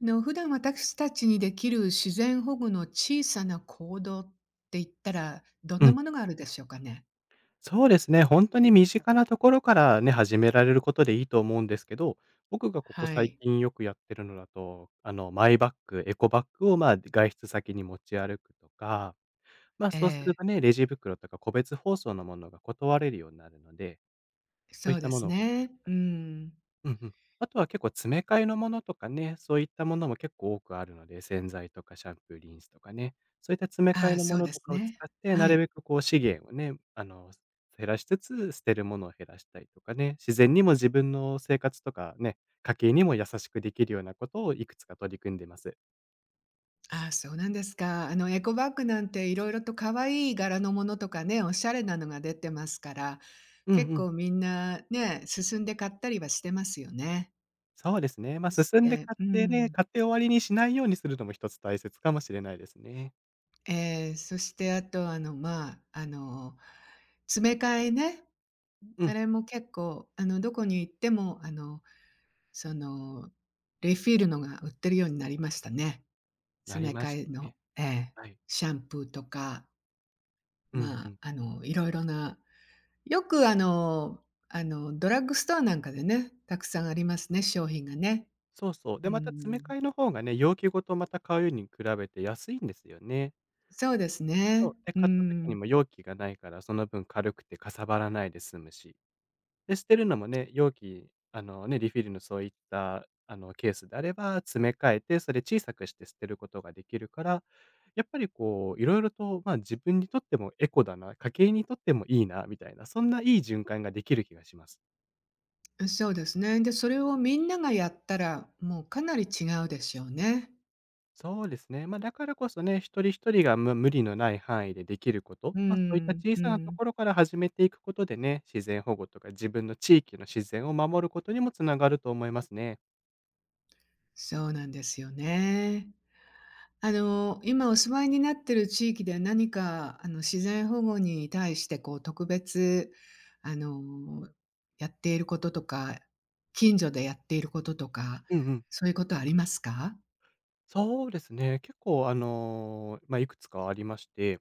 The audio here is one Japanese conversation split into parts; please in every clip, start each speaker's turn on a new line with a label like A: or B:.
A: の、普段私たちにできる自然保護の小さな行動って言ったら、どん
B: う
A: な
B: ん、
A: ものがあるでしょうかね？
B: そうですね。本当に身近なところからね、始められることでいいと思うんですけど、僕がここ
A: は
B: 最
A: い。
B: 近よくやってるのだと、マイバッグ、エコバッグを、まあ、外出先に持ち歩くとか、まあ、
A: え
B: そうする
A: え、
B: とね、レジ袋とか個別包装のものが断れるようになるので、そう
A: そ
B: いっ
A: う
B: た
A: で
B: も
A: す
B: のをこ
A: ね。うん。
B: うんうん。あとは結構詰め替えのものとかね、そういったものも結構多くあるので、洗剤とかシャンプー、リンスとかね、そういった詰め替
A: あ
B: え
A: あ、
B: の
A: そ
B: も
A: う
B: の
A: で
B: と
A: す
B: かを使
A: ね。
B: って、な
A: は
B: るべ
A: い。
B: くこう資源をね、減らしつつ、捨てるものを減らしたりとかね、自然にも自分の生活とかね、家計にも優しくできるようなことをいくつか取り組んでます。
A: ああ、そうなんですか。エコバッグなんていろいろと可愛い柄のものとかね、おしゃれなのが出てますから、
B: うん
A: 結
B: うん。
A: 構みんなね、進んで買ったりはしてますよね。
B: そうですね。ま、
A: そし
B: 進んで
A: て
B: 買っ
A: う
B: てね、
A: ん。
B: 買って終わりにしないようにするのも一つ大切かもしれないですね。
A: ええ、そしてあと、まあ、詰め替えね。
B: う
A: あ
B: ん、
A: れも結構、どこに行っても、その、リフィールのが売ってるようになりましたね。
B: な
A: 詰
B: り
A: め
B: まし
A: 替え
B: た
A: の、
B: ね。
A: ええ、
B: はい。
A: シャンプーとか、
B: うん
A: ま
B: う
A: あ、
B: ん。
A: いろいろな、よく、ドラッグストアなんかでね、たくさんありますね、商品がね。
B: そうそう。
A: う
B: で、また詰め
A: ん、
B: 替えの方がね、容器ごとまた買うように比べて安いんですよね。
A: そうです
B: そう。
A: ね。
B: で、
A: う
B: 買った時に
A: ん、
B: も容器がないから、その分軽くてかさばらないで済むし。で、捨てるのもね、容器、あのね、リフィルのそういった、ケースであれば、詰め替えて、それ小さくして捨てることができるから、やっぱりこう、いろいろと、まあ、自分にとってもエコだな、家計にとってもいいなみたいな、そんないい循環ができる気がします。
A: そうですね。で、それをみんながやったら、もうかなり違うでしょうね。
B: そうですね。まあ、だからこそね、一人一人が無理のない範囲でできること、
A: う
B: まあ、そういった
A: ん、
B: 小
A: う
B: さなと
A: ん、
B: ころから始めていくことでね、自然保護とか自分の地域の自然を守ることにもつながると思いますね。
A: そうなんですよね。今お住まいになってる地域で何か、自然保護に対してこう特別、あの、やっていることとか、近所でやっていることとか、
B: うんうん。
A: そういうことありますか？
B: そうですね、結構まあ、いくつかありまして、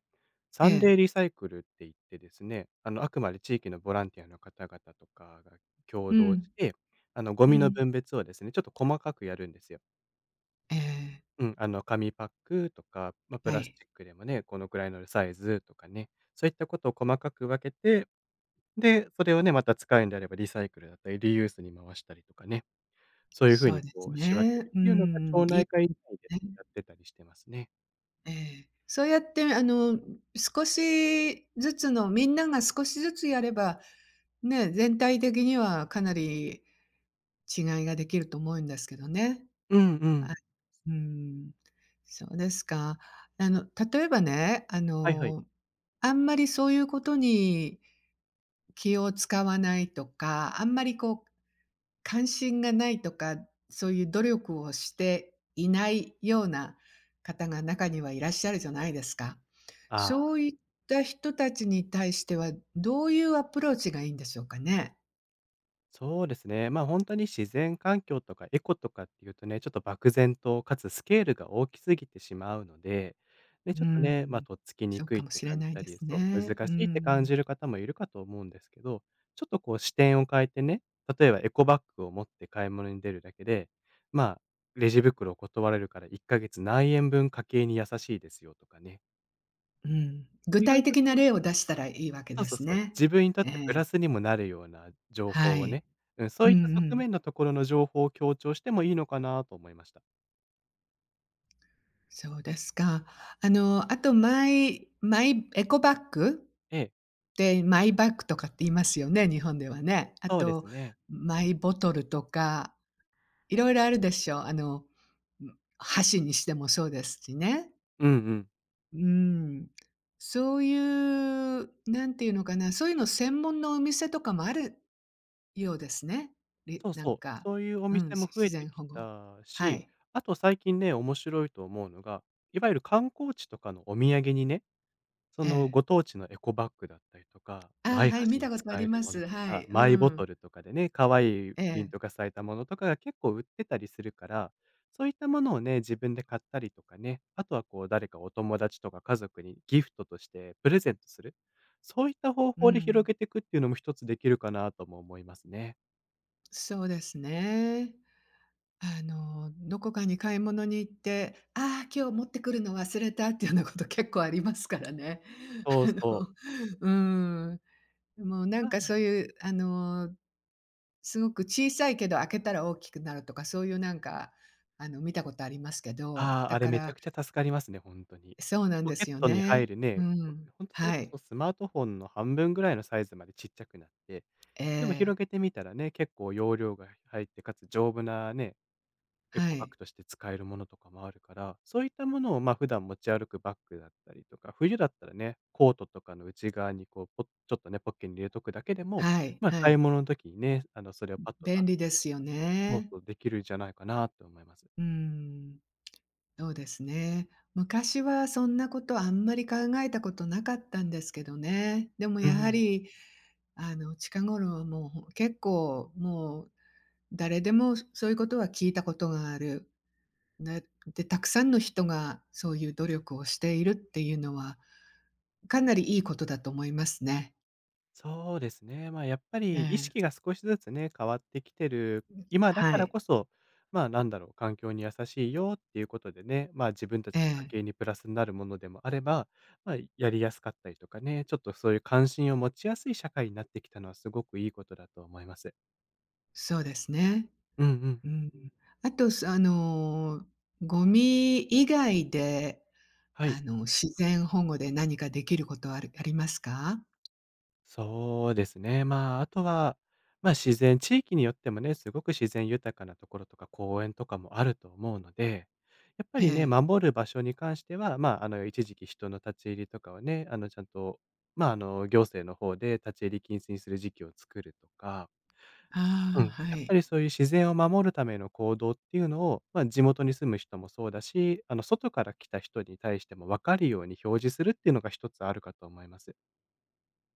A: え
B: サンデー
A: え。
B: リサイクルって言ってですね、あの、あくまで地域のボランティアの方々とかが共
A: う
B: 同し
A: ん、
B: て、ゴ
A: う
B: ミの
A: ん。
B: 分別をですね、ちょっと細かくやるんですよ。
A: ええ、
B: うん、紙パックとか、まあ、プ
A: は
B: ラス
A: い。
B: チックでもね、このくらいのサイズとかね、そういったことを細かく分けて、で、それをね、また使うんであればリサイクルだったり、リユースに回したりとかね、そういう風
A: そう
B: に
A: です
B: こう仕分け
A: ね。
B: る
A: う
B: っていうのが
A: ん、
B: 町
A: い
B: 内
A: い
B: 会単位で
A: ね。
B: やってたりしてますね。
A: ええ。そうやって、少しずつのみんなが少しずつやれば、ね、全体的にはかなり違いができると思うんですけどね。
B: うんう
A: は
B: ん。
A: い。うん。そうですか。あの、例えばね、
B: はいはい。
A: あんまりそういうことに気を使わないとか、あんまりこう関心がないとか、そういう努力をしていないような方が中にはいらっしゃるじゃないですか。そ
B: あ。
A: ういった人たちに対しては、どういうアプローチがいいんでしょうかね？
B: そうですね。まあ、本当に自然環境とかエコとかっていうとね、ちょっと漠然とかつスケールが大きすぎてしまうので、ね、
A: う
B: ちょっとね、ま、
A: ん。
B: とっつきに
A: そう
B: くい
A: か
B: っ
A: も
B: て
A: しれ
B: 感
A: な
B: じ
A: い
B: た
A: で
B: り、
A: す
B: そう、
A: ね。
B: 難
A: う
B: しいって感
A: ん。
B: じる方もいるかと思うんですけど、ちょっとこう視点を変えてね、例えばエコバッグを持って買い物に出るだけで、まあ、レジ袋を断れるから1ヶ月何円分家計に優しいですよとかね、
A: うん、具
B: 意
A: 体
B: 外と
A: 的
B: そ
A: な例を出したらいいわけ
B: そう
A: で
B: そう
A: す
B: そう。
A: ね。
B: 自分にとっ
A: え
B: てプ
A: え、
B: ラスにもなるような情
A: は
B: 報を
A: い。
B: ね、うん、そ
A: う
B: う
A: ん
B: い
A: う
B: った側
A: ん。
B: 面のところの情報を強調してもいいのかなと思いました。
A: そうですか。あとマイマイエコバッグ
B: ええ、
A: ってマイバッグとかって言いますよね、日本ではね。あ
B: そうで
A: と、
B: すね。
A: マイボトルとか、いろいろあるでしょう。箸にしてもそうですしね。
B: うんうん。
A: うん。そういう、なんていうのかな、そういうの専門のお店とかもあるようですね。
B: そう
A: なん
B: そう。
A: か、
B: そういうお
A: うん、
B: 店も増
A: 自
B: えて
A: 然
B: き
A: 保護。
B: た
A: は
B: し、
A: い。
B: あと最近ね、面白いと思うのが、いわゆる観光地とかのお土産にね、そ
A: え
B: の
A: え。
B: ご当地のエコバッグだったりとか、
A: ああ、
B: マイ
A: はい、見
B: 箸
A: た
B: に
A: ことあ
B: 使
A: り
B: える
A: ま
B: もの
A: す。
B: と
A: は
B: か、
A: い。う
B: マイボ
A: ん。
B: トルとかでね、可愛い
A: え
B: プリン
A: え。
B: トがされたものとかが結構売ってたりするから、そういったものをね、自分で買ったりとかね、あとはこう誰かお友達とか家族にギフトとしてプレゼントする。そういった方
A: う
B: 法で広
A: ん。
B: げていくっていうのも一つできるかなとも思いますね。
A: そうですね。どこかに買い物に行って、ああ、今日持ってくるの忘れたっていうようなこと結構ありますからね。
B: そ
A: あ
B: うそ
A: の、
B: う。
A: うん。もうなんかそういう、すごく小さいけど開けたら大きくなるとか、そういうなんか、見たことありますけど、
B: ああ、
A: だ
B: あれ
A: か
B: めちゃ
A: ら
B: くちゃ助かりますね、ほんとに。
A: そうなん
B: ポ
A: で
B: ケッ
A: すよ
B: トに入
A: ね。
B: る
A: う
B: ね、
A: ん。
B: 当んとそれ
A: は
B: こ
A: い。
B: そスマートフォンの半分ぐらいのサイズまでちっちゃくなって、
A: え
B: でも広
A: え。
B: げてみたらね、結構容量が入って、かつ丈夫なね、エ
A: は
B: コバッ
A: い。
B: グとして使えるものとかもあるから、そういったものを、ま、普段持ち歩くバッグだったりとか、冬だったらね、コートとかの内側にこう、ちょっとね、ポッケに入れとくだけでも、
A: はい、
B: ま、
A: は
B: 買い
A: い。
B: 物の時にね、それをパッと出
A: 便
B: せ
A: 利
B: た
A: で
B: りと
A: すよ
B: か、そう
A: ね。
B: そう、できるんじゃないかなと思います。
A: うん。そうですね。昔はそんなことあんまり考えたことなかったんですけどね。でも
B: う
A: やは
B: ん。
A: り、近頃はもう、結構もう誰でもそういうことは聞いたことがある。ね、で、たくさんの人がそういう努力をしているっていうのは、かなりいいことだと思いますね。
B: そうですね。まあ、やっぱ
A: え
B: り意
A: え、
B: 識が少しずつね、変わってきてる今だ
A: は
B: から
A: い。
B: こそ、まあ、なんだろう、環境に優しいよっていうことでね、まあ、自分たち
A: え
B: の家
A: え、
B: 計にプラスになるものでもあれば、まあ、やりやすかったりとかね、ちょっとそういう関心を持ちやすい社会になってきたのはすごくいいことだと思います。
A: そうですね。
B: うんうん。
A: うん。あと、すあの、ゴミ以外で、
B: はい。
A: 自然保護で何かできることはありますか？
B: そうですね。まあ、あとは、まあ、自然地域によってもね、すごく自然豊かなところとか公園とかもあると思うので、やっぱ
A: え
B: りね、
A: え。
B: 守る場所に関しては、まあ、一時期人の立ち入りとかはね、ちゃんと、まあ、行政の方で立ち入り禁止にする時期を作るとか、うん。や
A: ああ、は
B: っぱ
A: い。
B: りそういう自然を守るための行動っていうのを、まあ、地元に住む人もそうだし、外から来た人に対しても分かるように表示するっていうのが一つあるかと思います。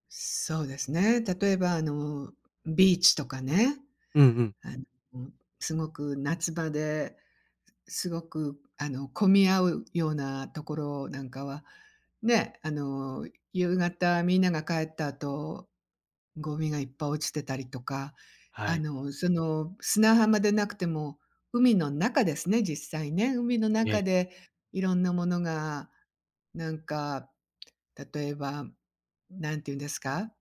A: そうですね。例えば、ビーチとかね、
B: うんうん。
A: あの、すごく夏場ですごく、混み合うようなところなんかは、ね、夕方みんなが帰った後、ゴミがいっぱい落ちてたりとか、
B: はい。
A: 砂浜でなくても、海の中ですね、実際ね。海の中でいろんなものが、なんか、例えば、なんて言うんですか、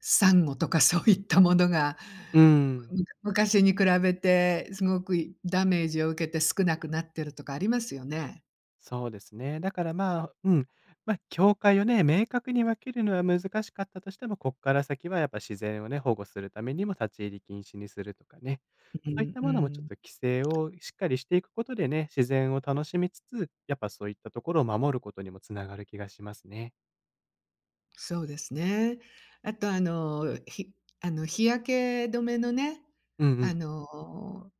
A: サンゴとかそういったものが、
B: うん、
A: 昔に比べてすごくダメージを受けて少なくなってるとかありますよね。
B: そうですね。だからまあ、うん、まあ、境界をね、明確に分けるのは難しかったとしても、こっから先はやっぱ自然をね、保護するためにも立ち入り禁止にするとかね、
A: う
B: そういっ
A: ん
B: た
A: う
B: ものもちょっ
A: ん。
B: と規制をしっかりしていくことでね、自然を楽しみつつ、やっぱそういったところを守ることにもつながる気がしますね。
A: そうですね。あとあの、ひあの、日焼け止めのね、
B: うんうん、
A: あの、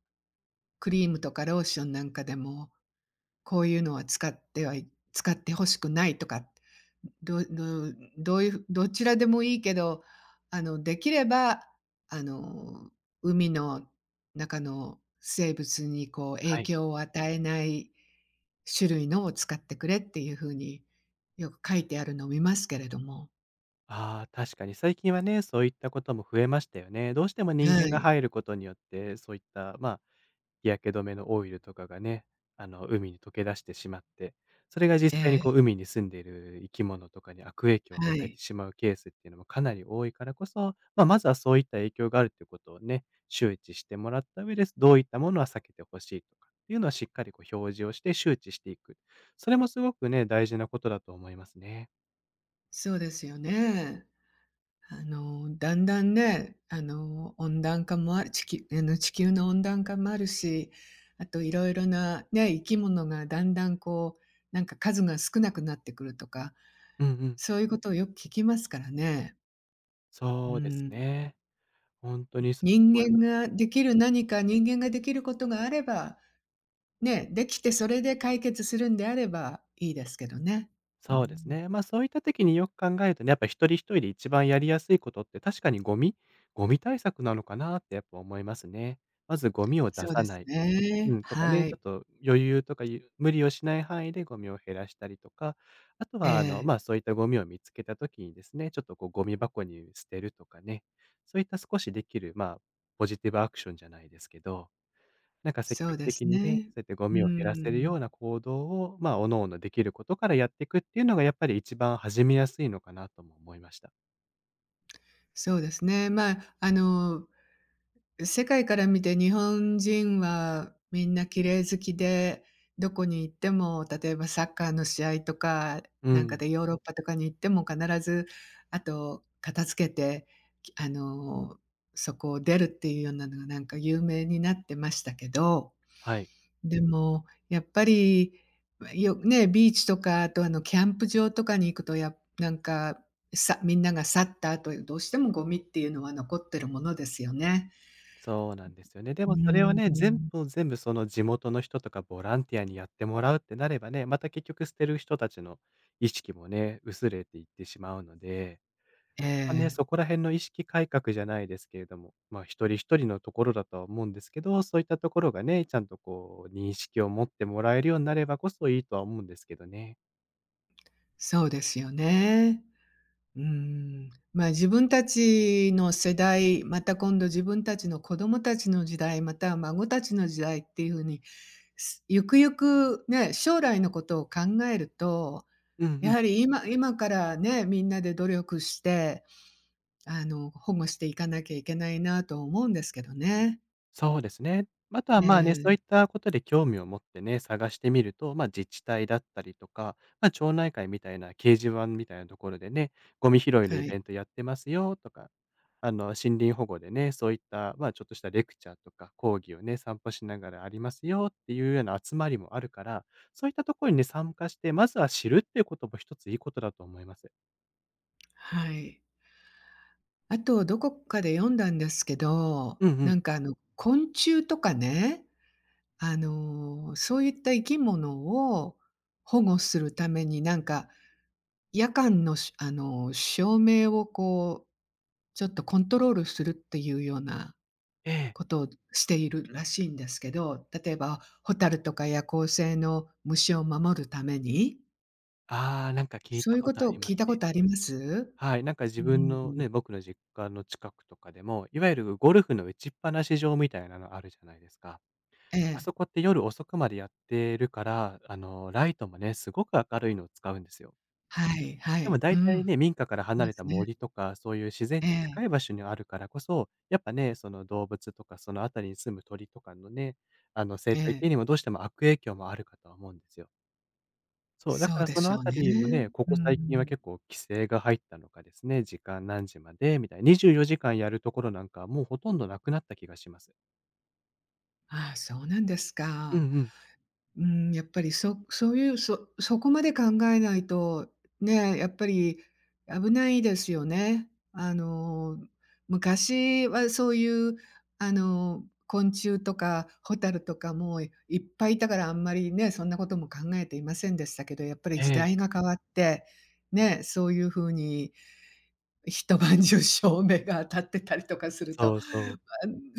A: クリームとかローションなんかでも、こういうのは使って欲しくないとか、どどどういうふどちらでもいいけど、できれば、あの、海の中の生物にこう
B: は
A: 影
B: い。
A: 響を与えない種類のを使ってくれっていう風によく書いてあるのを見ますけれども。
B: ああ、確かに最近はね、そういったことも増えましたよね。どうしても人
A: は
B: 間が
A: い。
B: 入ることによって、そういった、まあ日焼け止めのオイルとかがね、海に溶け出してしまって、それが実
A: え
B: 際に
A: え、
B: こう海に住んでいる生き物とかに悪影響を
A: は
B: 与え
A: い。
B: てしまうケースっていうのもかなり多いからこそ、まあ、まずはそういった影響があるということをね、周知してもらった上で、どういったものは避けてほしいとかっていうのはしっかりこう表示をして周知していく。それもすごくね、大事なことだと思いますね。
A: そうですよね。だんだんね、温暖化もある地球あの、地球の温暖化もあるし、あといろいろなね、生き物がだんだんこう、なんか数が少なくなってくるとか、
B: うんうん。
A: そういうことをよく聞きますからね。う
B: そうです
A: ん。
B: ね。本当にそ
A: 人
B: う思いま
A: 間
B: す。
A: 人間ができることがあれば、ね、できてそれで解決するんであればいいですけどね。う
B: そうです
A: ん。
B: ね。ま、そういった時によく考えるとね、やっぱ一人一人で一番やりやすいことって確かにゴミ対策なのかなってやっぱ思いますね。まずゴミを
A: そ
B: 出
A: う
B: さ
A: で
B: な
A: す
B: い、う
A: ね。
B: ん、とか
A: は
B: ね、ちょっ
A: い。
B: と余裕とかゆ無理をしない範囲でゴミを減らしたりとか、あと
A: え
B: は
A: え。
B: ま、そういったゴミを見つけた時にですね、ちょっとこうゴミ箱に捨てるとかね、そういった少しできる、まあ、ポジティブアクションじゃないですけど、なんか積
A: そう
B: 極
A: です
B: 的にね、
A: ね。
B: そうやってゴ
A: う
B: ミを減ら
A: ー
B: せるよ
A: ん。
B: うな行動を、まあ、おのおのできることからやっていくっていうのがやっぱり一番始めやすいのかなとも思いました。
A: そうですね。まあ、世界から見て日本人はみんな綺麗好きで、どこに行っても、例えばサッカーの試合とか
B: う
A: なんか
B: ん。
A: でヨーロッパとかに行っても必ず、あと片付けて、きあの、そこを出るっていうようなのがなんか有名になってましたけど
B: はい。
A: でも、やっぱり、よね、ビーチとか、あと、キャンプ場とかに行くと、なんか、みんなが去った後、どうしてもゴミっていうのは残ってるものですよね。
B: そうなんですよね。で
A: う
B: もそれを
A: ー
B: ね、全
A: ん。
B: 部を全部その地元の人とかボランティアにやってもらうってなればね、また結局捨てる人たちの意識もね、薄れていってしまうので、
A: え
B: ま、ね、
A: え、
B: そこら辺の意識改革じゃないですけれども、ま、一人一人のところだとは思うんですけど、そういったところがね、ちゃんとこう認識を持ってもらえるようになればこそいいとは思うんですけどね。
A: そうですよね。うーん。まあ、自分たちの世代、また今度自分たちの子供たちの時代、または孫たちの時代っていう風に、ゆくゆくね、将来のことを考えると
B: うんう
A: や
B: ん。
A: はり今からね、みんなで努力して、保護していかなきゃいけないなと思うんですけどね。
B: そうですね。あとは
A: え
B: まあね、そうい
A: え、
B: ったことで興味を持ってね、探してみると、まあ自治体だったりとか、まあ町内会みたいな掲示板みたいなところでね、ゴミ拾いの
A: は
B: イ
A: い。
B: ベントやってますよとか、森林保護でね、そういった、まあちょっとしたレクチャーとか講義をね、散歩しながらありますよっていうような集まりもあるから、そういったところにね、参加して、まずは知るっていうことも一ついいことだと思います。
A: はい。あとどこかで読んだんですけど、
B: うんうん。
A: なんか昆虫とかね、そういった生き物を保護するためになんか、夜間のしあの、照明をこう、ちょっとコントロールするっていうような
B: ええ。
A: ことをしているらしいんですけど、例えばホタルとか夜行性の虫を守るために、
B: ああ、なんか聞い
A: そう
B: た
A: いう
B: こ
A: こ
B: とあ
A: と
B: り
A: を
B: ま
A: 聞い
B: す
A: たこ
B: ね。
A: とあります？
B: はい、なんか
A: う
B: 自分の
A: ん。
B: ね、僕の実家の近くとかでも、いわゆるゴルフの打ちっぱなし場みたいなのあるじゃないですか。
A: え
B: あ
A: え。
B: そこって夜遅くまでやってるから、ライトもね、すごく明るいのを使うんですよ。
A: はいは
B: でも
A: い。う
B: 大体
A: ん。
B: ね、民家から離
A: ま
B: れた
A: すね。
B: 森とか、そういう自然
A: え
B: 近
A: え、
B: い場所にあるからこそ、やっぱね、その動物とか、その辺りに住む鳥とかのね、生
A: え
B: 態系
A: え。
B: にもどうしても悪影響もあるかとは思うんですよ。そう、だか
A: そう
B: ら
A: で
B: その
A: しょ
B: あ
A: う
B: た
A: ね。
B: りもね、こ
A: う
B: こ最近は
A: ん。
B: 結構規制が入ったのかですね、時間何時までみたいな、24時間やるところなんかはもうほとんどなくなった気がします。
A: ああ、そうなんです
B: うんう
A: か。
B: ん。
A: うん、やっぱりそういう、そこまで考えないと、ね、やっぱり危ないですよね。昔はそういう、昆虫とかホタルとかもいっぱいいたから、あんまりね、そんなことも考えていませんでしたけど、やっぱり
B: え
A: 時
B: え、
A: 代が変わって、ね、そういう風に一晩中照明が当たってたりとかすると、あ、
B: そうそう。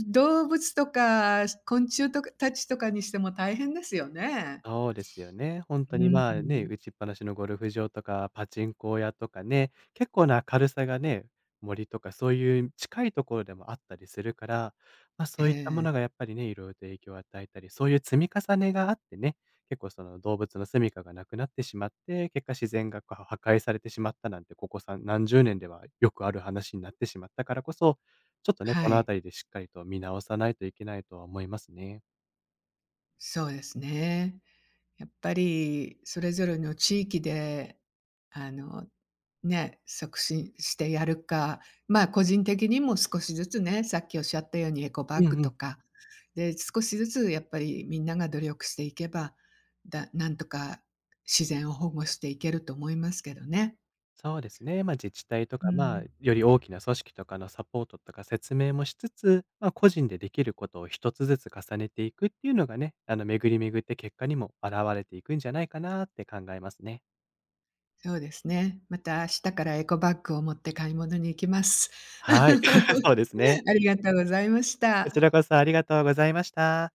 A: 動物とか昆虫とかたちとかにしても大変ですよね。
B: そうですよね。本
A: う
B: 当に、まあ、ね、打
A: ん。
B: ちっぱなしのゴルフ場とか、パチンコ屋とかね、結構な軽さがね、森とかそういう近いところでもあったりするから、ま、
A: え
B: そういったも
A: え。
B: のがやっぱりね、いろいろと影響を与えたり、そういう積み重ねがあってね、結構その動物の住処がなくなってしまって、結果自然がこう破壊されてしまったなんて、ここさん何十年ではよくある話になってしまったからこそ、ちょっとね、
A: は
B: このあ
A: い。
B: たりでしっかりと見直さないといけないとは思いますね。
A: そうですね。やっぱりそれぞれの地域で、あの、ね、促進してやるか、ま、個人的にも少しずつね、さっきおっしゃったようにエコバ
B: うん
A: ッグ
B: う
A: と
B: ん。
A: か、で、少しずつやっぱりみんなが努力していけば、なんとか自然を保護していけると思いますけどね。
B: そうですね。まあ、自治体と
A: う
B: か、まあ、
A: ん。
B: より大きな組織とかのサポートとか説明もしつつ、まあ、個人でできることを一つずつ重ねていくっていうのがね、巡り巡って結果にも現れていくんじゃないかなって考えますね。
A: そうですね。また明日からエコバッグを持って買い物に行きます。
B: はい、そ うですね。
A: ありがとうございまし
B: こち
A: た。
B: らこそありがとうございました。